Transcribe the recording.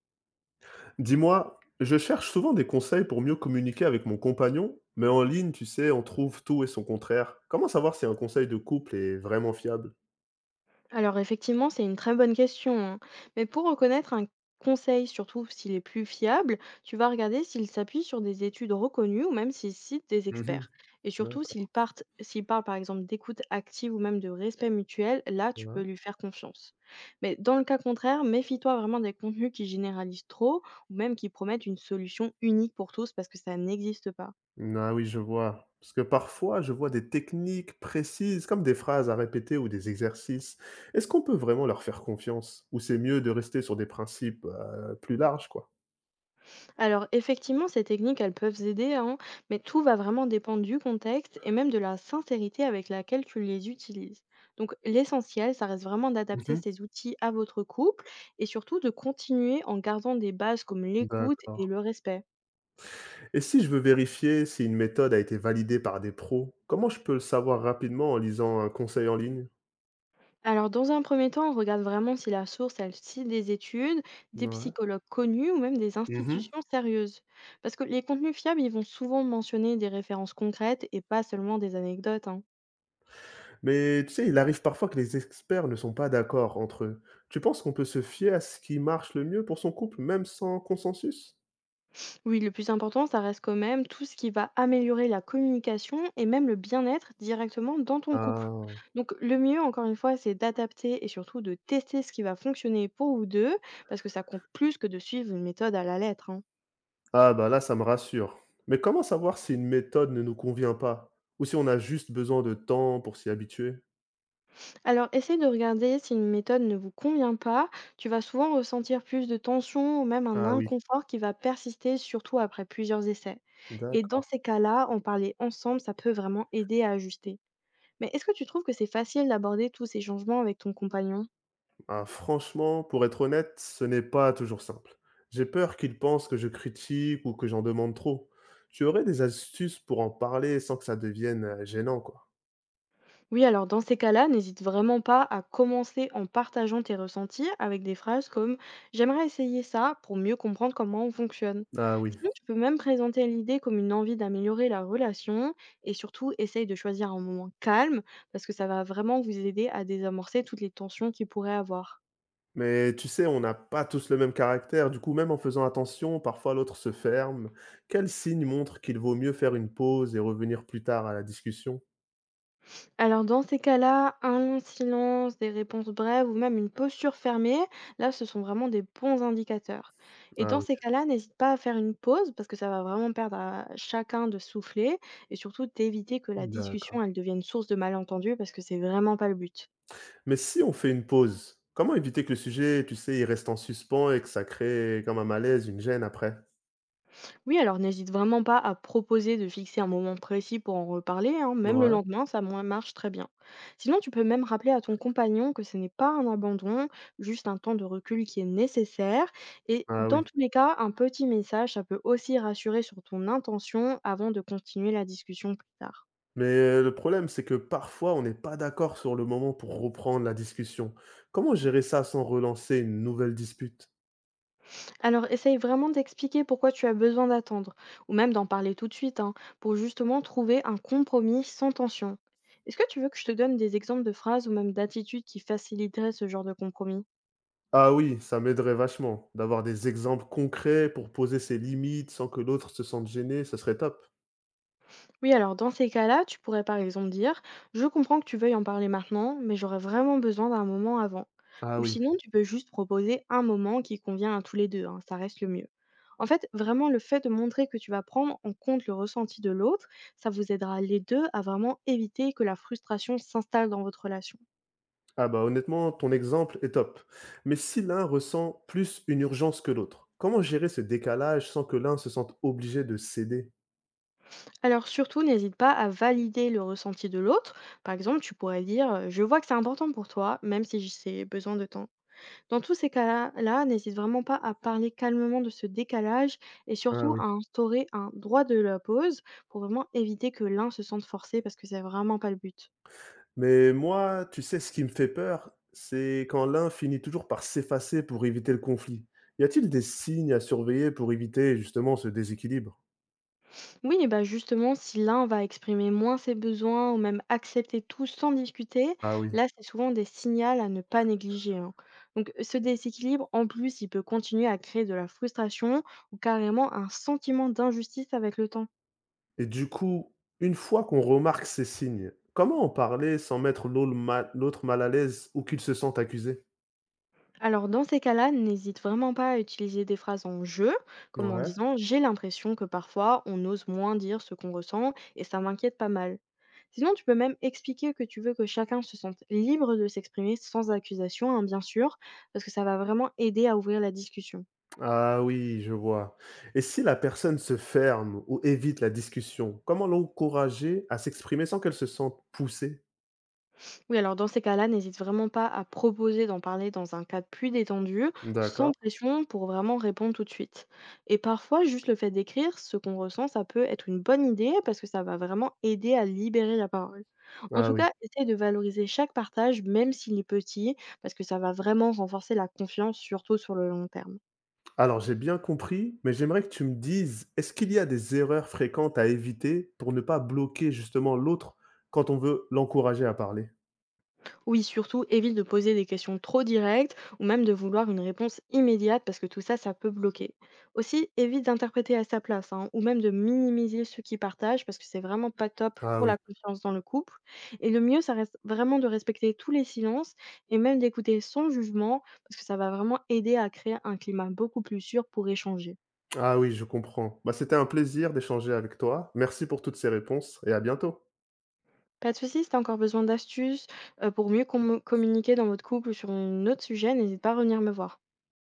Dis-moi, je cherche souvent des conseils pour mieux communiquer avec mon compagnon, mais en ligne, tu sais, on trouve tout et son contraire. Comment savoir si un conseil de couple est vraiment fiable? Alors effectivement, c'est une très bonne question, hein. Mais pour reconnaître un conseil, surtout s'il est plus fiable, tu vas regarder s'il s'appuie sur des études reconnues ou même s'il cite des Mhm, experts. Et surtout d'accord. S'il parle par exemple d'écoute active ou même de respect mutuel, là tu peux Ouais. lui faire confiance. Mais dans le cas contraire, méfie-toi vraiment des contenus qui généralisent trop ou même qui promettent une solution unique pour tous parce que ça n'existe pas. Ah oui, je vois. Parce que parfois, je vois des techniques précises, comme des phrases à répéter ou des exercices. Est-ce qu'on peut vraiment leur faire confiance? Ou c'est mieux de rester sur des principes plus larges, quoi? Alors effectivement, ces techniques, elles peuvent aider, hein, mais tout va vraiment dépendre du contexte et même de la sincérité avec laquelle tu les utilises. Donc l'essentiel, ça reste vraiment d'adapter Mhm, ces outils à votre couple et surtout de continuer en gardant des bases comme l'écoute et d'accord. le respect. Et si je veux vérifier si une méthode a été validée par des pros, comment je peux le savoir rapidement en lisant un conseil en ligne? Alors dans un premier temps, on regarde vraiment si la source, elle cite des études, des Mouais. psychologues connus ou même des Mmh. institutions sérieuses. Parce que les contenus fiables, ils vont souvent mentionner des références concrètes et pas seulement des anecdotes, hein. Mais tu sais, il arrive parfois que les experts ne sont pas d'accord entre eux. Tu penses qu'on peut se fier à ce qui marche le mieux pour son couple, même sans consensus? Oui, le plus important, ça reste quand même tout ce qui va améliorer la communication et même le bien-être directement dans ton couple. Ah. Donc le mieux, encore une fois, c'est d'adapter et surtout de tester ce qui va fonctionner pour vous deux, parce que ça compte plus que de suivre une méthode à la lettre, hein. Ah bah là, ça me rassure. Mais comment savoir si une méthode ne nous convient pas? Ou si on a juste besoin de temps pour s'y habituer? Alors essaye de regarder si une méthode ne vous convient pas, tu vas souvent ressentir plus de tension ou même un Ah oui, inconfort qui va persister, surtout après plusieurs essais. Et dans d'accord. ces cas-là, en parler ensemble, ça peut vraiment aider à ajuster. Mais est-ce que tu trouves que c'est facile d'aborder tous ces changements avec ton compagnon? Ah, franchement, pour être honnête, ce n'est pas toujours simple. J'ai peur qu'ils pensent que je critique ou que j'en demande trop. Tu aurais des astuces pour en parler sans que ça devienne, gênant, quoi? Oui, alors dans ces cas-là, n'hésite vraiment pas à commencer en partageant tes ressentis avec des phrases comme J'aimerais essayer ça pour mieux comprendre comment on fonctionne. Ah oui. Sinon, tu peux même présenter l'idée comme une envie d'améliorer la relation et surtout essaye de choisir un moment calme parce que ça va vraiment vous aider à désamorcer toutes les tensions qu'il pourrait avoir. Mais tu sais, on n'a pas tous le même caractère, du coup, même en faisant attention, parfois l'autre se ferme. Quel signe montre qu'il vaut mieux faire une pause et revenir plus tard à la discussion? Alors dans ces cas-là, un long silence, des réponses brèves ou même une posture fermée, là ce sont vraiment des bons indicateurs. Et Ah dans oui, ces cas-là, n'hésite pas à faire une pause parce que ça va vraiment perdre à chacun de souffler et surtout d'éviter que la discussion d'accord. elle devienne source de malentendus parce que c'est vraiment pas le but. Mais si on fait une pause, comment éviter que le sujet, tu sais, il reste en suspens et que ça crée comme un malaise, une gêne après? Oui, alors n'hésite vraiment pas à proposer de fixer un moment précis pour en reparler, hein, même le Ouais, lendemain, marche très bien. Sinon, tu peux même rappeler à ton compagnon que ce n'est pas un abandon, juste un temps de recul qui est nécessaire. Et ah oui. dans tous les cas, un petit message, ça peut aussi rassurer sur ton intention avant de continuer la discussion plus tard. Mais le problème, c'est que parfois, on n'est pas d'accord sur le moment pour reprendre la discussion. Comment gérer ça sans relancer une nouvelle dispute? Alors, essaye vraiment d'expliquer pourquoi tu as besoin d'attendre, ou même d'en parler tout de suite, hein, pour justement trouver un compromis sans tension. Est-ce que tu veux que je te donne des exemples de phrases ou même d'attitudes qui faciliteraient ce genre de compromis? Ah oui, ça m'aiderait vachement d'avoir des exemples concrets pour poser ses limites sans que l'autre se sente gêné, ce serait top. Oui, alors dans ces cas-là, tu pourrais par exemple dire, je comprends que tu veuilles en parler maintenant, mais j'aurais vraiment besoin d'un moment avant. Ah Ou oui. sinon, tu peux juste proposer un moment qui convient à tous les deux, hein, ça reste le mieux. En fait, vraiment, le fait de montrer que tu vas prendre en compte le ressenti de l'autre, ça vous aidera les deux à vraiment éviter que la frustration s'installe dans votre relation. Ah bah honnêtement, ton exemple est top. Mais si l'un ressent plus une urgence que l'autre, comment gérer ce décalage sans que l'un se sente obligé de céder? Alors surtout, n'hésite pas à valider le ressenti de l'autre. Par exemple, tu pourrais dire, je vois que c'est important pour toi, même si j'ai besoin de temps. Dans tous ces cas-là, n'hésite vraiment pas à parler calmement de ce décalage et Ah surtout oui. à instaurer un droit de la pause pour vraiment éviter que l'un se sente forcé parce que c'est vraiment pas le but. Mais moi, tu sais, ce qui me fait peur, c'est quand l'un finit toujours par s'effacer pour éviter le conflit. Y a-t-il des signes à surveiller pour éviter justement ce déséquilibre? Oui, et bah justement, si l'un va exprimer moins ses besoins ou même accepter tout sans discuter, Ah oui. là, c'est souvent des signaux à ne pas négliger, hein. Donc ce déséquilibre, en plus, il peut continuer à créer de la frustration ou carrément un sentiment d'injustice avec le temps. Et du coup, une fois qu'on remarque ces signes, comment en parler sans mettre l'au le ma l'autre mal à l'aise ou qu'il se sente accusé? Alors dans ces cas-là, n'hésite vraiment pas à utiliser des phrases en jeu, comme en Ouais. disant «j'ai l'impression que parfois on ose moins dire ce qu'on ressent et ça m'inquiète pas mal». Sinon, tu peux même expliquer que tu veux que chacun se sente libre de s'exprimer sans accusation, hein, bien sûr, parce que ça va vraiment aider à ouvrir la discussion. Ah oui, je vois. Et si la personne se ferme ou évite la discussion, comment l'encourager à s'exprimer sans qu'elle se sente poussée? Oui, alors dans ces cas-là, n'hésite vraiment pas à proposer d'en parler dans un cadre plus détendu, sans D'accord. pression pour vraiment répondre tout de suite. Et parfois, juste le fait d'écrire ce qu'on ressent, ça peut être une bonne idée parce que ça va vraiment aider à libérer la parole. En Ah tout oui. cas, essaye de valoriser chaque partage, même s'il est petit, parce que ça va vraiment renforcer la confiance, surtout sur le long terme. Alors j'ai bien compris, mais j'aimerais que tu me dises, est-ce qu'il y a des erreurs fréquentes à éviter pour ne pas bloquer justement l'autre quand on veut l'encourager à parler? Oui, surtout, évite de poser des questions trop directes ou même de vouloir une réponse immédiate parce que tout ça, ça peut bloquer. Aussi, évite d'interpréter à sa place hein, ou même de minimiser ceux qui partagent parce que c'est vraiment pas top Ah pour oui. la confiance dans le couple. Et le mieux, ça reste vraiment de respecter tous les silences et même d'écouter sans jugement parce que ça va vraiment aider à créer un climat beaucoup plus sûr pour échanger. Ah oui, je comprends. Bah, c'était un plaisir d'échanger avec toi. Merci pour toutes ces réponses et à bientôt. Pas de soucis, si t'as encore besoin d'astuces pour mieux communiquer dans votre couple ou sur un autre sujet, n'hésite pas à revenir me voir.